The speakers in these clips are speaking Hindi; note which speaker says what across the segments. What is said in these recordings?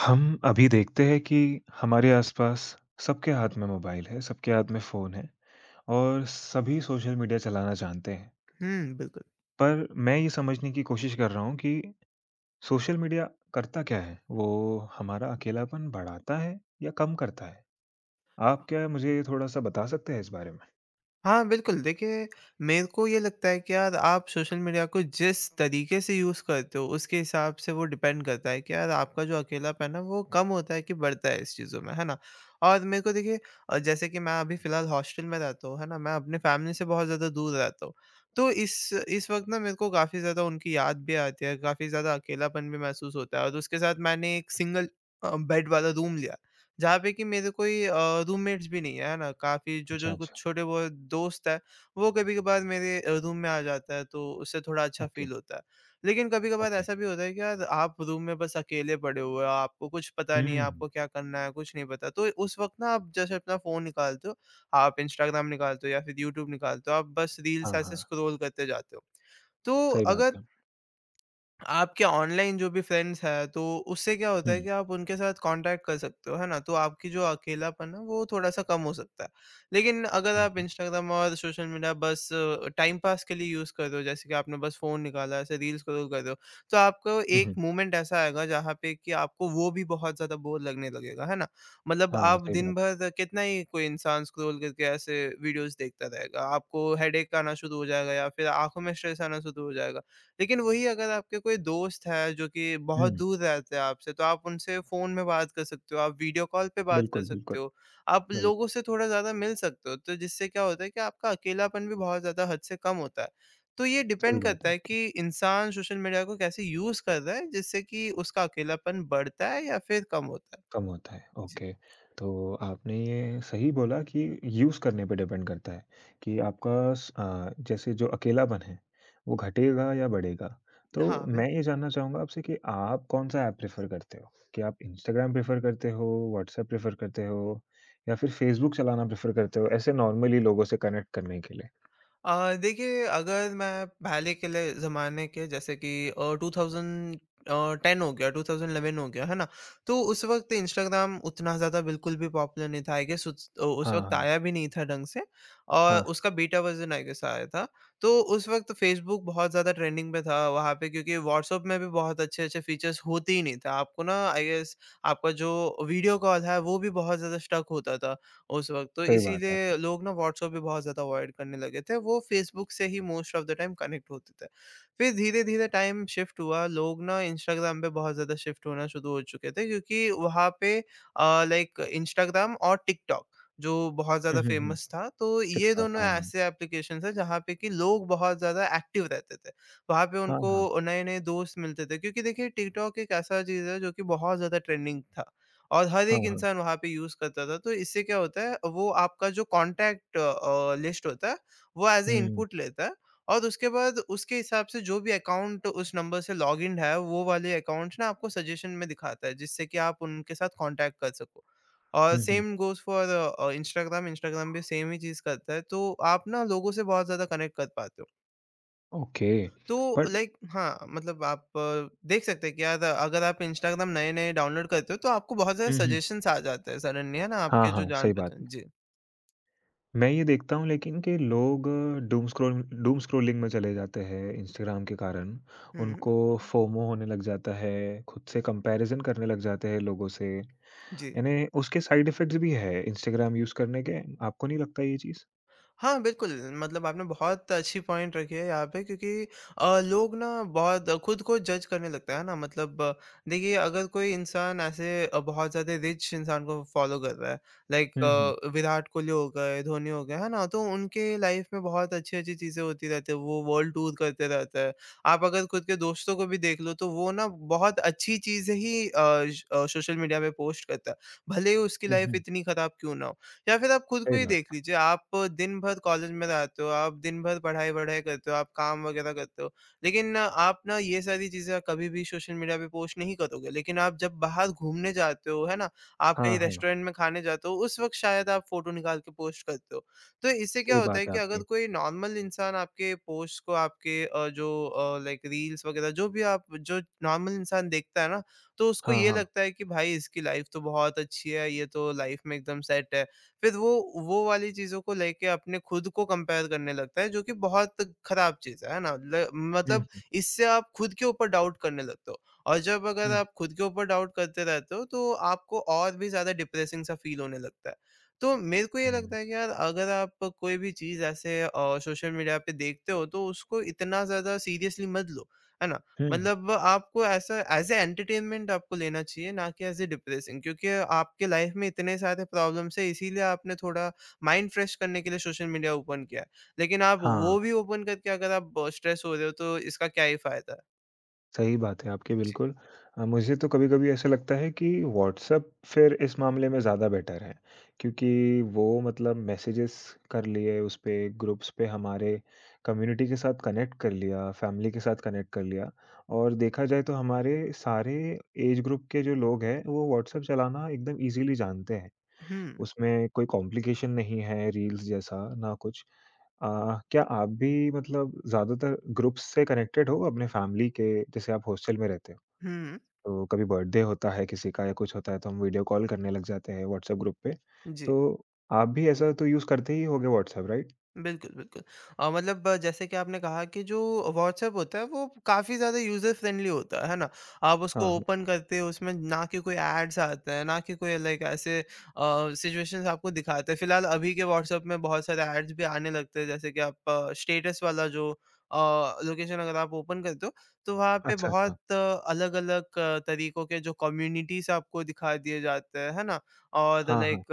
Speaker 1: हम अभी देखते हैं कि हमारे आसपास सबके हाथ में मोबाइल है, सबके हाथ में फ़ोन है और सभी सोशल मीडिया चलाना जानते हैं।
Speaker 2: हुँ, बिल्कुल।
Speaker 1: पर मैं ये समझने की कोशिश कर रहा हूँ कि सोशल मीडिया करता क्या है? वो हमारा अकेलापन बढ़ाता है या कम करता है? आप क्या मुझे थोड़ा-सा बता सकते हैं इस बारे में?
Speaker 2: हाँ, बिल्कुल देखिए, मेरे को ये लगता है कि यार आप सोशल मीडिया को जिस तरीके से यूज़ करते हो उसके हिसाब से वो डिपेंड करता है कि यार आपका जो अकेलापन है वो कम होता है कि बढ़ता है इस चीज़ों में, है ना? और मेरे को देखिए जैसे कि मैं अभी फ़िलहाल हॉस्टल में रहता हूँ, है ना? मैं अपने फैमिली से बहुत ज़्यादा दूर रहता हूँ। तो इस वक़्त ना मेरे को काफ़ी ज़्यादा उनकी याद भी आती है, काफ़ी ज़्यादा अकेलापन भी महसूस होता है और उसके साथ मैंने एक सिंगल बेड वाला रूम लिया। जहाँ पे कि मेरे कोई रूममेट्स भी नहीं है, है ना? काफ़ी
Speaker 1: अच्छा,
Speaker 2: जो-जो कुछ
Speaker 1: अच्छा।
Speaker 2: छोटे-बहुत दोस्त हैं, वो कभी-कभार मेरे रूम में आ जाता है, तो उससे थोड़ा अच्छा
Speaker 1: ओके,
Speaker 2: फ़ील होता है। लेकिन कभी-कभार
Speaker 1: ओके।
Speaker 2: ऐसा भी होता है कि यार आप रूम में बस अकेले पड़े हुए हो, आपको कुछ पता नहीं है,
Speaker 1: हुँ।
Speaker 2: आपको क्या करना है, कुछ नहीं पता। तो उस वक़्त ना आप जैसे अपना फ़ोन निकालते हो, आप इंस्टाग्राम निकालते हो या फिर यूट्यूब निकालते हो, आप बस रील्स
Speaker 1: हाँ,
Speaker 2: ऐसे
Speaker 1: हाँ।
Speaker 2: स्क्रॉल करते जाते हो। तो
Speaker 1: सही बात
Speaker 2: अगर
Speaker 1: है।
Speaker 2: आपके ऑनलाइन जो भी फ्रेंड्स हैं, तो उससे क्या होता
Speaker 1: हुँ,
Speaker 2: है कि आप उनके साथ कॉन्टैक्ट कर सकते हो, है ना? तो आपकी जो अकेलापन है, वो थोड़ा-सा कम हो सकता है। लेकिन अगर
Speaker 1: हुँ,
Speaker 2: आप
Speaker 1: हुँ।
Speaker 2: इंस्टाग्राम और सोशल मीडिया बस टाइम पास के लिए यूज़ कर रहे हो, जैसे कि आपने बस फ़ोन निकाला, ऐसे रील स्क्रॉल कर रहे हो, तो आपको
Speaker 1: हुँ,
Speaker 2: एक
Speaker 1: हुँ।
Speaker 2: मोमेंट ऐसा आएगा जहाँ पे कि आपको वो भी बहुत ज़्यादा बोर लगने लगेगा, है ना? मतलब
Speaker 1: हाँ,
Speaker 2: आप
Speaker 1: सही
Speaker 2: दिन
Speaker 1: बात है।
Speaker 2: भर कितना ही कोई इंसान स्क्रॉल करके ऐसे वीडियोज़ देखता रहेगा, आपको हेडेक आना शुरू हो जाएगा या फिर आँखों में स्ट्रेस आना शुरू हो जाएगा। लेकिन वही अगर आपके कोई दोस्त है जो कि बहुत
Speaker 1: हुँ।
Speaker 2: दूर रहते हैं आपसे तो आप उनसे फ़ोन में बात कर सकते हो, आप वीडियो कॉल पे बात कर
Speaker 1: बिल्कुल,
Speaker 2: सकते
Speaker 1: बिल्कुल।
Speaker 2: हो, आप
Speaker 1: बिल
Speaker 2: लोगों से थोड़ा ज़्यादा मिल सकते हो। तो जिससे क्या होता है कि आपका अकेलापन भी बहुत ज़्यादा हद से कम होता है। तो ये
Speaker 1: सही
Speaker 2: डिपेंड
Speaker 1: बात
Speaker 2: करता
Speaker 1: है
Speaker 2: है
Speaker 1: आपकी।
Speaker 2: कि इंसान सोशल मीडिया को कैसे यूज़ कर रहा है जिससे कि उसका अकेलापन बढ़ता है या फिर कम होता है।
Speaker 1: कम होता है,
Speaker 2: जी।
Speaker 1: ओके। तो आपने ये सही बोला कि यूज़ करने पे डिपेंड करता है कि आपका जैसे जो अकेलापन है, वो घटेगा या बढ़ेगा। तो
Speaker 2: हाँ,
Speaker 1: मैं
Speaker 2: बिल्कुल।
Speaker 1: ये जानना चाहूँगा आपसे कि आप कौन-सा ऐप प्रेफ़र करते हो? कि आप इंस्टाग्राम प्रेफ़र करते हो, व्हाट्सएप प्रेफ़र करते हो या फिर फेसबुक चलाना प्रेफ़र करते हो, ऐसे नॉर्मली लोगों से कनेक्ट करने के लिए?
Speaker 2: देखिए अगर मैं पहले के लिए ज़माने के जैसे कि 2000 अ, 10 हो गया 2011 हो गया है ना? तो उस वक़्त इंस्टाग्राम उतना ज़्यादा बिल्कुल भी पॉपुलर नहीं था आई गेस उस उस
Speaker 1: हाँ,
Speaker 2: वक़्त
Speaker 1: हाँ।
Speaker 2: आया भी नहीं था ढंग से और
Speaker 1: हाँ,
Speaker 2: उसका बीटा वर्ज़न आई गेस आया था। तो उस वक़्त फ़ेसबुक बहुत ज़्यादा ट्रेंडिंग पे था वहाँ पे क्योंकि व्हाट्सऐप में भी बहुत अच्छे-अच्छे फ़ीचर्स होते ही नहीं था। आपको ना आई गेस आपका जो वीडियो कॉल है वो भी बहुत ज़्यादा स्टक होता था। उस वक़्त तो
Speaker 1: सही बात है।
Speaker 2: इसीलिए लोग ना व्हाट्सऐप भी बहुत ज़्यादा अवॉइड करने लगे थे, वो फेसबुक से ही most of the time connect होते थे। फिर धीरे-धीरे टाइम शिफ्ट हुआ, लोग ना इंस्टाग्राम पे बहुत ज़्यादा शिफ्ट होना शुरू हो चुके थे क्योंकि वहाँ पे लाइक इंस्टाग्राम और टिकटॉक जो बहुत ज़्यादा
Speaker 1: हुँ, हुँ, हुँ।
Speaker 2: फ़ेमस था, तो ये
Speaker 1: टिकटॉक,
Speaker 2: दोनों
Speaker 1: हाँ।
Speaker 2: ऐसे एप्लीकेशंस हैं जहाँ पे कि लोग बहुत ज़्यादा एक्टिव रहते थे। वहाँ पे
Speaker 1: हाँ, हाँ।
Speaker 2: उनको नए-नए दोस्त मिलते थे क्योंकि देखिए टिकटॉक एक ऐसा चीज़ है जो कि बहुत ज़्यादा ट्रेंडिंग था। और हर
Speaker 1: हाँ,
Speaker 2: एक
Speaker 1: हाँ।
Speaker 2: इंसान वहाँ पे यूज़ करता था, तो इससे क्या होता है वो आपका जो कॉन्टैक्ट लिस्ट होता है, वो as a
Speaker 1: hmm, hmm.
Speaker 2: Input लेता है और उसके बाद उसके हिसाब से जो भी अकाउंट उस नंबर से लॉगिन्ड है, वो वाले अकाउंट्स ना आपको सजेशन में दिखाता है, जिससे कि आप उनके साथ कॉन्टैक्ट कर सको। और
Speaker 1: हुँ, हुँ।
Speaker 2: Same goes for Instagram, Instagram भी सेम ही चीज़ करता है, तो आप ना लोगों से बहुत ज़्यादा कनेक्ट कर पाते हो।
Speaker 1: ओके,
Speaker 2: तो
Speaker 1: बट
Speaker 2: लाइक हाँ, मतलब आप देख सकते हैं कि यार अगर आप इंस्टाग्राम नए-नए डाउनलोड करते हो तो आपको बहुत सारे
Speaker 1: हुँ, हुँ।
Speaker 2: सजेशंस आ जाते हैं सडनली है ना
Speaker 1: हाँ,
Speaker 2: आपके जो
Speaker 1: हाँ, सही बात है।
Speaker 2: जान-पहचान जी।
Speaker 1: मैं ये देखता हूँ लेकिन कि लोग डूम स्क्रॉल डूम स्क्रॉलिंग में चले जाते हैं इंस्टाग्राम के कारण।
Speaker 2: हुँ, हुँ।
Speaker 1: उनको फोमो होने लग जाता है, खुद से कंपैरिज़न करने लग जाते हैं लोगों से।
Speaker 2: जी।
Speaker 1: यानी उसके साइड इफ़ेक्ट्स भी है इंस्टाग्राम यूज़ करने के, आपको नहीं लगता ये चीज़?
Speaker 2: हाँ, बिल्कुल, मतलब आपने बहुत अच्छी पॉइंट रखी है यहाँ पे क्योंकि लोग ना बहुत खुद को जज करने लगता है ना मतलब देखिए अगर कोई इंसान ऐसे बहुत ज़्यादा रिच इंसान को फॉलो कर रहा है लाइक
Speaker 1: हुँ, हुँ।
Speaker 2: विराट कोहली हो गए, धोनी हो गए, है ना? तो उनके लाइफ में बहुत अच्छी-अच्छी चीज़ें होती रहती है, वो वर्ल्ड टूर करते रहते हैं। आप अगर खुद के दोस्तों को भी देख लो तो वो ना बहुत अच्छी चीज़ें ही सोशल मीडिया पे पोस्ट करता है, भले ही उसकी
Speaker 1: हुँ,
Speaker 2: लाइफ
Speaker 1: हुँ।
Speaker 2: इतनी खराब क्यों ना हो। या फिर आप खुद
Speaker 1: सही
Speaker 2: को ही
Speaker 1: बात
Speaker 2: देख
Speaker 1: है।
Speaker 2: लीजिए, आप दिन भर कॉलेज में रहते हो, आप दिन भर पढ़ाई-वढ़ाई करते हो, आप काम वगैरह करते हो, लेकिन आप ना ये सारी चीज़ें कभी भी सोशल मीडिया पे पोस्ट नहीं करोगे। लेकिन आप जब बाहर घूमने जाते हो, है ना? आप कहीं
Speaker 1: हाँ, हाँ,
Speaker 2: रेस्टोरेंट में खाने जाते हो, उस वक़्त शायद आप फ़ोटो निकाल के पोस्ट करते हो। तो इससे क्या
Speaker 1: सही
Speaker 2: होता है
Speaker 1: बात है
Speaker 2: कि अगर
Speaker 1: आपकी।
Speaker 2: कोई नॉर्मल इंसान आपके पोस्ट को आपके लाइक रील्स वगैरह जो भी आप जो नॉर्मल इंसान देखता है ना, तो उसको
Speaker 1: हाँ,
Speaker 2: ये
Speaker 1: हाँ।
Speaker 2: लगता है कि भाई इसकी लाइफ़ तो बहुत अच्छी है, ये तो लाइफ़ में एकदम सेट है। फिर वो वाली चीज़ों को लेके अपने खुद को कंपेयर करने लगता है जो कि बहुत खराब चीज़ है ना? ल मतलब
Speaker 1: हुँ,
Speaker 2: इससे आप खुद के ऊपर डाउट करने लगते हो और जब अगर
Speaker 1: हुँ, हुँ।
Speaker 2: आप खुद के ऊपर डाउट करते रहते हो तो आपको और भी ज़्यादा डिप्रेसिंग सा फ़ील होने लगता है। तो मेरे को ये लगता है कि यार अगर आप कोई भी चीज़ ऐसे सोशल मीडिया पे देखते हो तो उसको इतना ज़्यादा सीरियसली मत लो, है ना?
Speaker 1: हुँ।
Speaker 2: मतलब आपको ऐसा एज़ अ एंटरटेनमेंट आपको लेना चाहिए, ना कि एज़ अ डिप्रेसिंग क्योंकि आपके लाइफ़ में इतने सारे प्रॉब्लम्स हैं, इसीलिए आपने थोड़ा माइंड फ्रेश करने के लिए सोशल मीडिया ओपन किया है। लेकिन आप
Speaker 1: हाँ।
Speaker 2: वो भी ओपन करके अगर आप स्ट्रेस हो रहे हो, तो इसका क्या ही फ़ायदा?
Speaker 1: सही बात है आपकी
Speaker 2: जी।
Speaker 1: बिल्कुल। मुझे तो कभी-कभी ऐसा लगता है कि व्हाट्सएप फिर इस मामले में ज़्यादा बेटर है, क्योंकि वो मतलब मैसेजेस कर लिए उस पे, ग्रुप्स पे हमारे कम्युनिटी के साथ कनेक्ट कर लिया, फैमिली के साथ कनेक्ट कर लिया और देखा जाए तो हमारे सारे एज ग्रुप के जो लोग हैं, वो व्हाट्सएप चलाना एकदम ईज़िली जानते हैं।
Speaker 2: हुँ,
Speaker 1: उसमें कोई कॉम्प्लिकेशन नहीं है रील्स जैसा, ना कुछ। अ, क्या आप भी मतलब ज़्यादातर ग्रुप्स से कनेक्टेड हो अपने फैमिली के जैसे आप हॉस्टल में रहते हो,
Speaker 2: हुँ,
Speaker 1: तो कभी बर्थडे होता है किसी का या कुछ होता है, तो हम वीडियो कॉल करने लग जाते हैं व्हाट्सएप ग्रुप पे।
Speaker 2: जी।
Speaker 1: तो आप भी ऐसा तो यूज़ करते ही होंगे व्हाट्सएप, राइट?
Speaker 2: बिल्कुल, बिल्कुल। मतलब जैसे कि आपने कहा कि जो व्हाट्सएप होता है वो काफ़ी ज़्यादा यूज़र फ्रेंडली होता है ना? आप
Speaker 1: हाँ,
Speaker 2: उसको
Speaker 1: हाँ।
Speaker 2: ओपन करते हो उसमें ना कि कोई एड्स आते हैं, ना कि कोई लाइक ऐसे सिचुएशंस आपको दिखाते हैं। फ़िलहाल अभी के व्हाट्सएप में बहुत सारे एड्स भी आने लगते हैं जैसे कि आप स्टेटस वाला जो अ, लोकेशन अगर आप ओपन करते हो तो वहाँ पे
Speaker 1: अच्छा, अच्छा।
Speaker 2: बहुत अलग-अलग तरीकों के जो कम्युनिटीज़ आपको दिखा दिए जाते हैं, है ना? और
Speaker 1: हाँ, हाँ।
Speaker 2: लाइक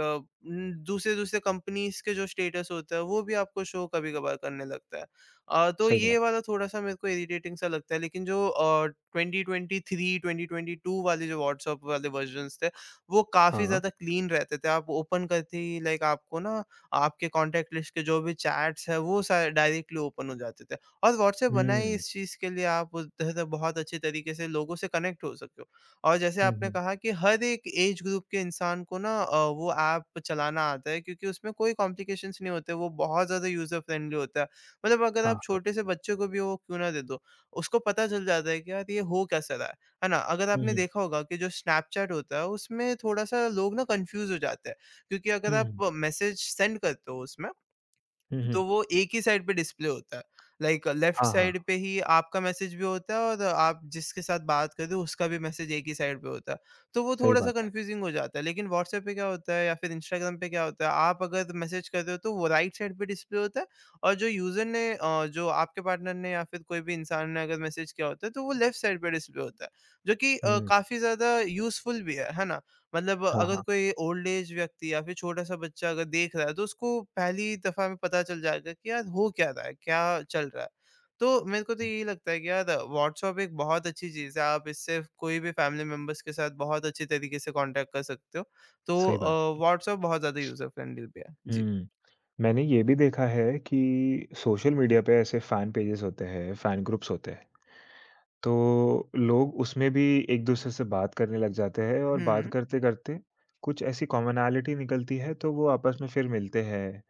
Speaker 2: दूसरे-दूसरे कंपनीज़ के जो स्टेटस होता है, वो भी आपको शो कभी-कभार करने लगता है। तो
Speaker 1: सही
Speaker 2: ये
Speaker 1: बात।
Speaker 2: वाला थोड़ा-सा मेरे को इरिटेटिंग सा लगता है, लेकिन जो 2023, 2022 वाले जो व्हाट्सएप वाले वर्ज़न्स थे, वो काफ़ी
Speaker 1: हाँ।
Speaker 2: ज़्यादा क्लीन रहते थे। आप ओपन करते ही लाइक आपको ना, आपके कॉन्टैक्ट लिस्ट के जो भी चैट्स हैं, वो सा डायरेक्टली ओपन हो जाते थे और व्हाट्सएप बना ही
Speaker 1: हुँ।
Speaker 2: इस चीज़ के लिए, आप उधर से बहुत अच्छे तरीके से लोगों से कनेक्ट हो सके। और जैसे
Speaker 1: हुँ,
Speaker 2: आपने
Speaker 1: हुँ।
Speaker 2: कहा कि हर एक एज ग्रुप के इंसान को ना वो ऐप चलाना आता है क्योंकि उसमें कोई कॉम्प्लिकेशंस नहीं होते, वो बहुत ज़्यादा यूज़र फ्रेंडली होता है। मतलब अगर
Speaker 1: हाँ,
Speaker 2: आप
Speaker 1: हाँ।
Speaker 2: छोटे से बच्चे को भी वो क्यों ना दे दो, उसको पता चल जाता है कि यार ये हो कैसा रहा है ना? अगर
Speaker 1: हुँ,
Speaker 2: आपने
Speaker 1: हुँ।
Speaker 2: देखा होगा कि जो स्नैपचैट होता है उसमें थोड़ा-सा लोग ना कन्फ्यूज़ हो जाते हैं, क्योंकि अगर
Speaker 1: हुँ, हुँ।
Speaker 2: आप मैसेज सेंड करते हो उसमें
Speaker 1: हुँ,
Speaker 2: तो
Speaker 1: हुँ।
Speaker 2: वो एक ही साइड पे डिस्प्ले होता है। लाइक लेफ्ट
Speaker 1: हाँ, हाँ।
Speaker 2: साइड पे ही आपका मैसेज भी होता है और आप जिसके साथ बात कर रहे हो उसका भी मैसेज एक ही साइड पे होता है। तो वो
Speaker 1: सही
Speaker 2: थोड़ा-सा
Speaker 1: बात है।
Speaker 2: कन्फ्यूज़िंग हो जाता है। लेकिन व्हाट्सऐप पे क्या होता है या फिर इंस्टाग्राम पे क्या होता है, आप अगर मैसेज कर रहे हो तो वो राइट साइड पे डिस्प्ले होता है और जो यूज़र ने जो आपके पार्टनर ने या फिर कोई भी इंसान ने अगर मैसेज किया होता है तो वो लेफ्ट साइड पे डिस्प्ले होता है। जो कि
Speaker 1: हुँ।
Speaker 2: काफ़ी ज़्यादा यूज़फुल भी है ना? मतलब
Speaker 1: हाँ,
Speaker 2: अगर
Speaker 1: हाँ।
Speaker 2: कोई ओल्ड एज व्यक्ति या फिर छोटा-सा बच्चा अगर देख रहा है, तो उसको पहली दफ़ा में पता चल जाएगा कि यार हो क्या रहा है, क्या चल रहा है। तो मेरे को तो
Speaker 1: हुँ।
Speaker 2: यही लगता है कि यार व्हाट्सएप एक बहुत अच्छी चीज़ है, आप इससे कोई भी फैमिली मेंबर्स के साथ बहुत अच्छे तरीके से कॉन्टैक्ट कर सकते हो। तो
Speaker 1: सही बात
Speaker 2: अ,
Speaker 1: है।
Speaker 2: व्हाट्सएप बहुत ज़्यादा यूज़र फ्रेंडली भी है। जी।
Speaker 1: हुँ। मैंने ये भी देखा है कि सोशल मीडिया पे ऐसे फ़ैन पेजेस होते हैं, फ़ैन ग्रुप्स होते हैं। तो लोग उसमें भी एक-दूसरे से बात करने लग जाते हैं और
Speaker 2: हुँ,
Speaker 1: बात
Speaker 2: हुँ।
Speaker 1: करते-करते कुछ ऐसी कॉमनैलिटी निकलती है, तो वो आपस में फिर मिलते हैं,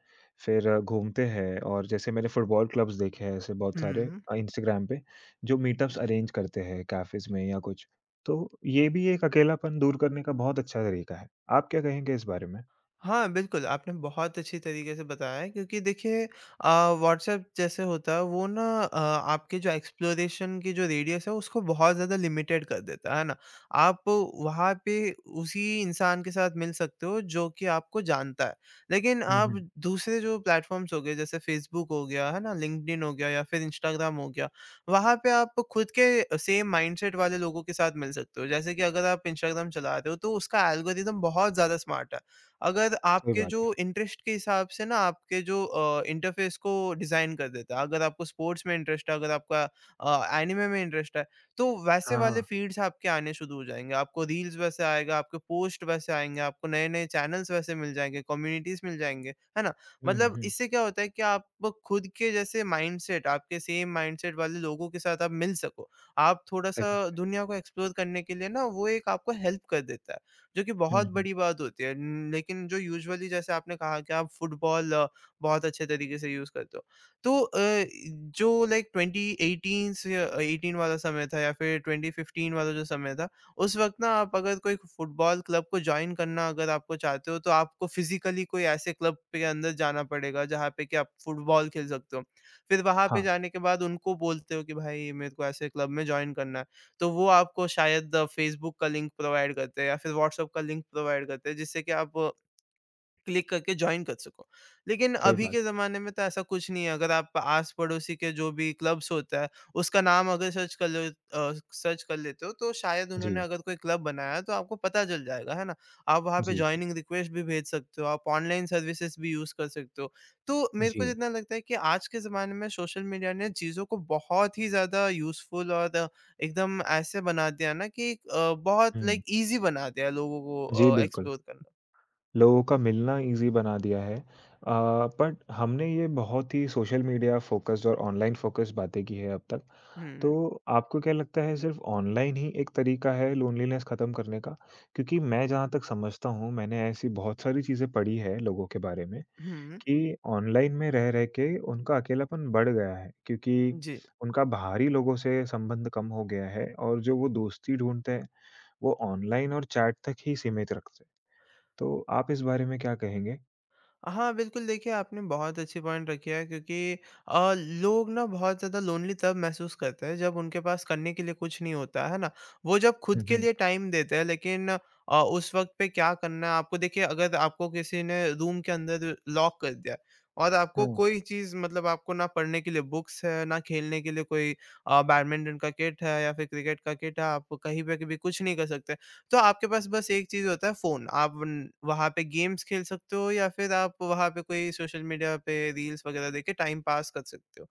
Speaker 1: फिर घूमते हैं और जैसे मैंने फुटबॉल क्लब्स देखे हैं ऐसे बहुत
Speaker 2: हुँ,
Speaker 1: सारे
Speaker 2: हुँ।
Speaker 1: इंस्टाग्राम पे, जो मीटअप्स अरेंज करते हैं कैफ़ेज़ में या कुछ। तो ये भी एक अकेलापन दूर करने का बहुत अच्छा तरीका है। आप क्या कहेंगे इस बारे में?
Speaker 2: हाँ, बिल्कुल, आपने बहुत अच्छी तरीके से बताया है क्योंकि देखिए, व्हाट्सएप जैसे होता है वो ना आपके जो एक्सप्लोरेशन की जो रेडियस है उसको बहुत ज़्यादा लिमिटेड कर देता है ना? आप वहाँ पे उसी इंसान के साथ मिल सकते हो जो कि आपको जानता है। लेकिन
Speaker 1: हुँ,
Speaker 2: आप
Speaker 1: हुँ।
Speaker 2: दूसरे जो प्लेटफ़ॉर्म्स हो गए जैसे फ़ेसबुक हो गया, है ना? लिंक्डइन हो गया या फिर इंस्टाग्राम हो गया, वहाँ पे आप खुद के सेम माइंडसेट वाले लोगों के साथ मिल सकते हो। जैसे कि अगर आप इंस्टाग्राम चला रहे हो तो उसका एल्गोरिदम बहुत ज़्यादा स्मार्ट है। अगर
Speaker 1: सही
Speaker 2: आपके
Speaker 1: बात
Speaker 2: जो
Speaker 1: है।
Speaker 2: इंटरेस्ट के हिसाब से ना आपके जो इंटरफ़ेस को डिज़ाइन कर देता है। अगर आपको स्पोर्ट्स में इंटरेस्ट है, अगर आपका एनिमे में इंटरेस्ट है, तो वैसे
Speaker 1: हाँ,
Speaker 2: वाले
Speaker 1: हाँ।
Speaker 2: फ़ीड्स आपके आने शुरू हो जाएँगे। आपको रील्स वैसे आएगा, आपके पोस्ट वैसे आएँगे, आपको नए-नए चैनल्स वैसे मिल जाएँगे, कम्युनिटीज़ मिल जाएँगे, है ना?
Speaker 1: हुँ,
Speaker 2: मतलब
Speaker 1: हुँ।
Speaker 2: इससे क्या होता है कि आप खुद के जैसे माइंडसेट आपके सेम माइंडसेट वाले लोगों के साथ आप मिल सको। आप
Speaker 1: सही
Speaker 2: थोड़ा-सा
Speaker 1: बात।
Speaker 2: दुनिया को एक्सप्लोर करने के लिए ना वो एक आपको हेल्प कर देता है। जो कि
Speaker 1: हुँ,
Speaker 2: बहुत
Speaker 1: हुँ।
Speaker 2: बड़ी बात होती है। लेकिन जो यूजुअली जैसे आपने कहा कि आप फुटबॉल बहुत अच्छे तरीके से यूज़ करते हो। तो अ, जो लाइक 2018 से 18 वाला समय था या फिर 2015 वाला जो समय था, उस वक़्त ना आप अगर कोई फुटबॉल क्लब को जॉइन करना अगर आपको चाहते हो, तो आपको फिज़िकली कोई ऐसे क्लब के अंदर जाना पड़ेगा, जहाँ पे कि आप फुटबॉल खेल सकते हो। फिर वहाँ पे
Speaker 1: हाँ,
Speaker 2: जाने के बाद उनको बोलते हो कि भाई मेरे को ऐसे क्लब में जॉइन करना है। तो वो आपको शायद फ़ेसबुक का लिंक प्रोवाइड करते हैं या फिर व्हाट्सएप का लिंक प्रोवाइड करते हैं जिससे कि आप क्लिक करके जॉइन कर सको। लेकिन
Speaker 1: सही
Speaker 2: अभी
Speaker 1: बात।
Speaker 2: के ज़माने में तो ऐसा कुछ नहीं है, अगर आप आस-पड़ोसी के जो भी क्लब्स होता है, उसका नाम अगर सर्च कर लो अ, सर्च कर लेते हो तो शायद उन्होंने
Speaker 1: जी,
Speaker 2: अगर कोई क्लब बनाया है तो आपको पता चल जाएगा, है ना? आप वहाँ पे
Speaker 1: जी, जी,
Speaker 2: जॉइनिंग रिक्वेस्ट भी भेज सकते हो, आप ऑनलाइन सर्विसेज़ भी यूज़ कर सकते हो। तो मेरे को
Speaker 1: जी।
Speaker 2: जितना लगता है कि आज के ज़माने में सोशल मीडिया ने चीज़ों को बहुत ही ज़्यादा यूज़फुल और एकदम ऐसे बना दिया है ना कि बहुत
Speaker 1: हुँ,
Speaker 2: लाइक ईज़ी बना दिया है लोगों को
Speaker 1: जी,
Speaker 2: अ,
Speaker 1: बिल्कुल।
Speaker 2: एक्सप्लोर करना।
Speaker 1: लोगों का मिलना ईज़ी बना दिया है बट हमने ये बहुत ही सोशल मीडिया फ़ोकस्ड और ऑनलाइन फ़ोकस्ड बातें की है अब तक। तो
Speaker 2: हुँ,
Speaker 1: आपको क्या लगता है सिर्फ़ ऑनलाइन ही एक तरीका है लोनलीनेस ख़त्म करने का? क्योंकि मैं जहाँ तक समझता हूँ, मैंने ऐसी बहुत सारी चीज़ें पढ़ी है लोगों के बारे में
Speaker 2: हुँ।
Speaker 1: कि ऑनलाइन में रह-रह के उनका अकेलापन बढ़ गया है, क्योंकि
Speaker 2: जी।
Speaker 1: उनका बाहरी लोगों से संबंध कम हो गया है और जो वो दोस्ती ढूँढते हैं, वो ऑनलाइन और चैट तक ही सीमित रखते हैं। तो आप इस बारे में क्या कहेंगे?
Speaker 2: हाँ, बिल्कुल देखिए आपने बहुत अच्छी पॉइंट रखी है क्योंकि लोग ना बहुत ज़्यादा लोनली तब महसूस करते हैं जब उनके पास करने के लिए कुछ नहीं होता, है ना? वो जब खुद
Speaker 1: हुँ,
Speaker 2: के
Speaker 1: हुँ,
Speaker 2: लिए टाइम देते हैं लेकिन उस वक़्त पे क्या करना है आपको देखिए अगर आपको किसी ने रूम के अंदर लॉक कर दिया और आपको
Speaker 1: हुँ,
Speaker 2: कोई चीज़ मतलब आपको ना पढ़ने के लिए बुक्स है, ना खेलने के लिए कोई बैडमिंटन का किट है या फिर क्रिकेट का किट है, आप कहीं पे भी कुछ नहीं कर सकते। तो आपके पास बस एक चीज़ होता है फ़ोन, आप वन वहाँ पे गेम्स खेल सकते हो या फिर आप वहाँ पे कोई सोशल मीडिया पे रील्स वगैरह देख के टाइम पास कर सकते हो।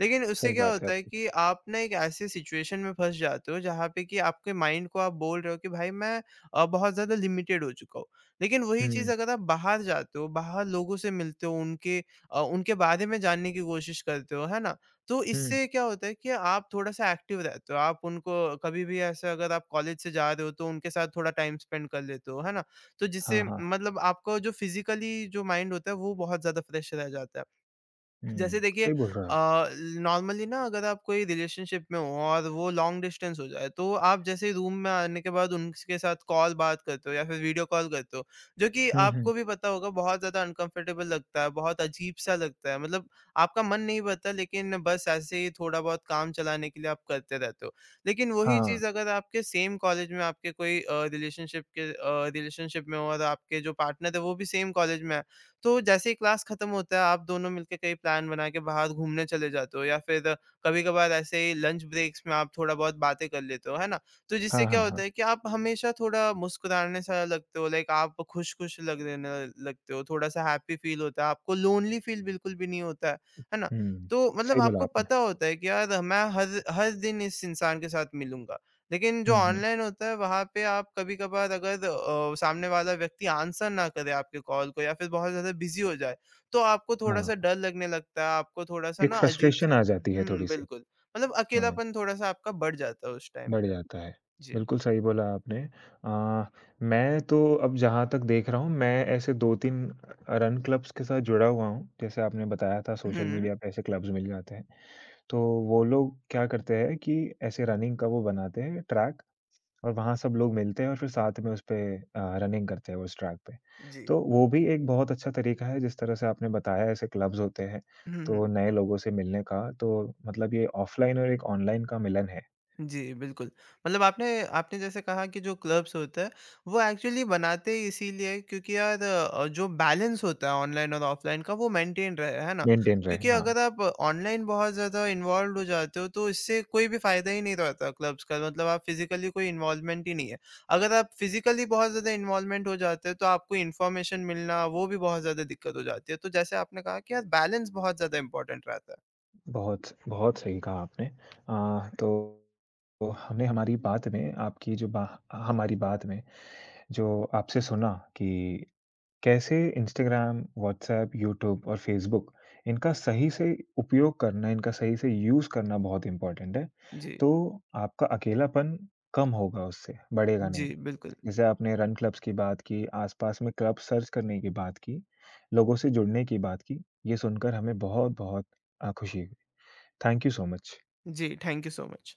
Speaker 2: लेकिन उससे
Speaker 1: सही
Speaker 2: क्या
Speaker 1: बात है
Speaker 2: होता है
Speaker 1: आपकी।
Speaker 2: कि आप ना एक ऐसे सिचुएशन में फँस जाते हो जहाँ पे कि आपके माइंड को आप बोल रहे हो कि भाई मैं बहुत ज़्यादा लिमिटेड हो चुका हूँ। लेकिन वही चीज़
Speaker 1: हुँ,
Speaker 2: अगर आप बाहर जाते हो, बाहर लोगों से मिलते हो, उनके बारे में जानने की कोशिश करते हो, है ना? तो
Speaker 1: हुँ,
Speaker 2: इससे क्या होता है कि आप थोड़ा-सा एक्टिव रहते हो, आप उनको कभी भी ऐसे अगर आप कॉलेज से जा रहे हो तो उनके साथ थोड़ा टाइम स्पेंड कर लेते हो, है ना? तो
Speaker 1: हाँ,
Speaker 2: जिससे
Speaker 1: हाँ,
Speaker 2: मतलब आपका जो फिज़िकली जो माइंड होता है वो बहुत ज़्यादा फ्रेश रह जाता है।
Speaker 1: हुँ,
Speaker 2: जैसे देखिए
Speaker 1: सही बोल रहे हो आप।
Speaker 2: अ, नॉर्मली ना अगर आप कोई रिलेशनशिप में हो और वो लॉन्ग डिस्टेंस हो जाए तो आप जैसे ही रूम में आने के बाद उनके साथ कॉल बात करते हो या फिर वीडियो कॉल करते हो जो कि
Speaker 1: हुँ, हुँ,
Speaker 2: आपको भी पता होगा बहुत ज़्यादा अनकंफर्टेबल लगता है, बहुत अजीब सा लगता है, मतलब आपका मन नहीं भरता, लेकिन बस ऐसे ही थोड़ा बहुत काम चलाने के लिए आप करते रहते हो। लेकिन वही
Speaker 1: हाँ,
Speaker 2: चीज़ अगर आपके सेम कॉलेज में आपके कोई रिलेशनशिप के रिलेशनशिप में हो और आपके जो पार्टनर है वो भी सेम कॉलेज में है, तो जैसे ही क्लास खत्म होता है आप दोनों मिलके कहीं प्लान बना के बाहर घूमने चले जाते हो या फिर कभी कभार ऐसे ही लंच ब्रेक्स में आप थोड़ा बहुत बातें कर लेते हो, है ना? तो जिससे
Speaker 1: हाँ, हाँ,
Speaker 2: क्या
Speaker 1: हाँ,
Speaker 2: होता है कि आप हमेशा थोड़ा मुस्कुराने सा लगते हो, लाइक आप खुश खुश लग रहने लगते हो, थोड़ा सा हैप्पी फील होता है, आपको लोनली फील बिल्कुल भी नहीं होता है ना?
Speaker 1: हुँ,
Speaker 2: तो मतलब
Speaker 1: सही बोला
Speaker 2: आपको
Speaker 1: आपने।
Speaker 2: पता होता है कि यार मैं हर हर दिन इस इंसान के साथ मिलूंगा। लेकिन जो
Speaker 1: हुँ, हुँ,
Speaker 2: ऑनलाइन होता है वहाँ पे आप कभी-कभार अगर सामने वाला व्यक्ति आंसर ना करे आपके कॉल को या फिर बहुत ज़्यादा बिज़ी हो जाए, तो आपको
Speaker 1: हाँ,
Speaker 2: थोड़ा-सा डर लगने लगता है, आपको थोड़ा-सा
Speaker 1: एक
Speaker 2: ना
Speaker 1: फ्रस्ट्रेशन
Speaker 2: अजीब-सा।
Speaker 1: आ जाती है
Speaker 2: हुँ,
Speaker 1: थोड़ी-सी।
Speaker 2: बिल्कुल। मतलब
Speaker 1: हाँ।
Speaker 2: अकेलापन थोड़ा-सा आपका बढ़ जाता है उस टाइम
Speaker 1: बढ़
Speaker 2: पे।
Speaker 1: जाता है।
Speaker 2: जी।
Speaker 1: बिल्कुल सही बोला आपने। अ, मैं तो अब जहाँ तक देख रहा हूँ, मैं ऐसे 2-3 रन क्लब्स के साथ जुड़ा हुआ हूँ। जैसे आपने बताया था
Speaker 2: हुँ,
Speaker 1: सोशल
Speaker 2: हुँ।
Speaker 1: मीडिया पे ऐसे क्लब्स मिल जाते हैं। तो वो लोग क्या करते हैं कि ऐसे रनिंग का वो बनाते हैं ट्रैक और वहाँ सब लोग मिलते हैं और फिर साथ में उस पे रनिंग करते हैं उस ट्रैक पे।
Speaker 2: जी।
Speaker 1: तो वो भी एक बहुत अच्छा तरीका है जिस तरह से आपने बताया ऐसे क्लब्स होते हैं,
Speaker 2: हुँ, हुँ।
Speaker 1: तो नए लोगों से मिलने का। तो मतलब ये ऑफ़लाइन और एक ऑनलाइन का मिलन है,
Speaker 2: जी, बिल्कुल। मतलब आपने आपने जैसे कहा कि जो क्लब्स होते हैं, वो एक्चुअली बनाते ही इसीलिए हैं क्योंकि यार जो बैलेंस होता है ऑनलाइन और ऑफ़लाइन का वो मेंटेन रहे, है ना?
Speaker 1: मेंटेन रहे।
Speaker 2: क्योंकि
Speaker 1: हाँ।
Speaker 2: अगर आप ऑनलाइन बहुत ज़्यादा इन्वॉल्वड हो जाते हो तो इससे कोई भी फ़ायदा ही नहीं रहता क्लब्स का, मतलब आप फ़िज़िकली कोई इन्वॉल्वमेंट ही नहीं है। अगर आप फ़िज़िकली बहुत ज़्यादा इन्वॉल्वमेंट हो जाते हो तो आपको इन्फॉर्मेशन मिलना वो भी बहुत ज़्यादा दिक्कत हो जाती है। तो जैसे आपने कहा कि यार बैलेंस बहुत ज़्यादा इम्पोर्टेंट रहता है।
Speaker 1: बहुत बहुत सही कहा आपने। तो हमें हमारी बात में जो आपसे सुना कि कैसे इंस्टाग्राम, व्हाट्सऐप, यूट्यूब और फेसबुक इनका सही से उपयोग करना, इनका सही से यूज़ करना बहुत इम्पोर्टेंट है।
Speaker 2: जी,
Speaker 1: तो आपका अकेलापन कम होगा उससे, बढ़ेगा नहीं।
Speaker 2: जी, बिल्कुल।
Speaker 1: जैसे आपने रन क्लब्स की बात की, आस-पास में क्लब सर्च करने की बात की, लोगों से जुड़ने की बात की। ये सुनकर हमें बहुत-बहुत खुशी हुई। Thank you so much.
Speaker 2: जी, थैंक यू सो मच।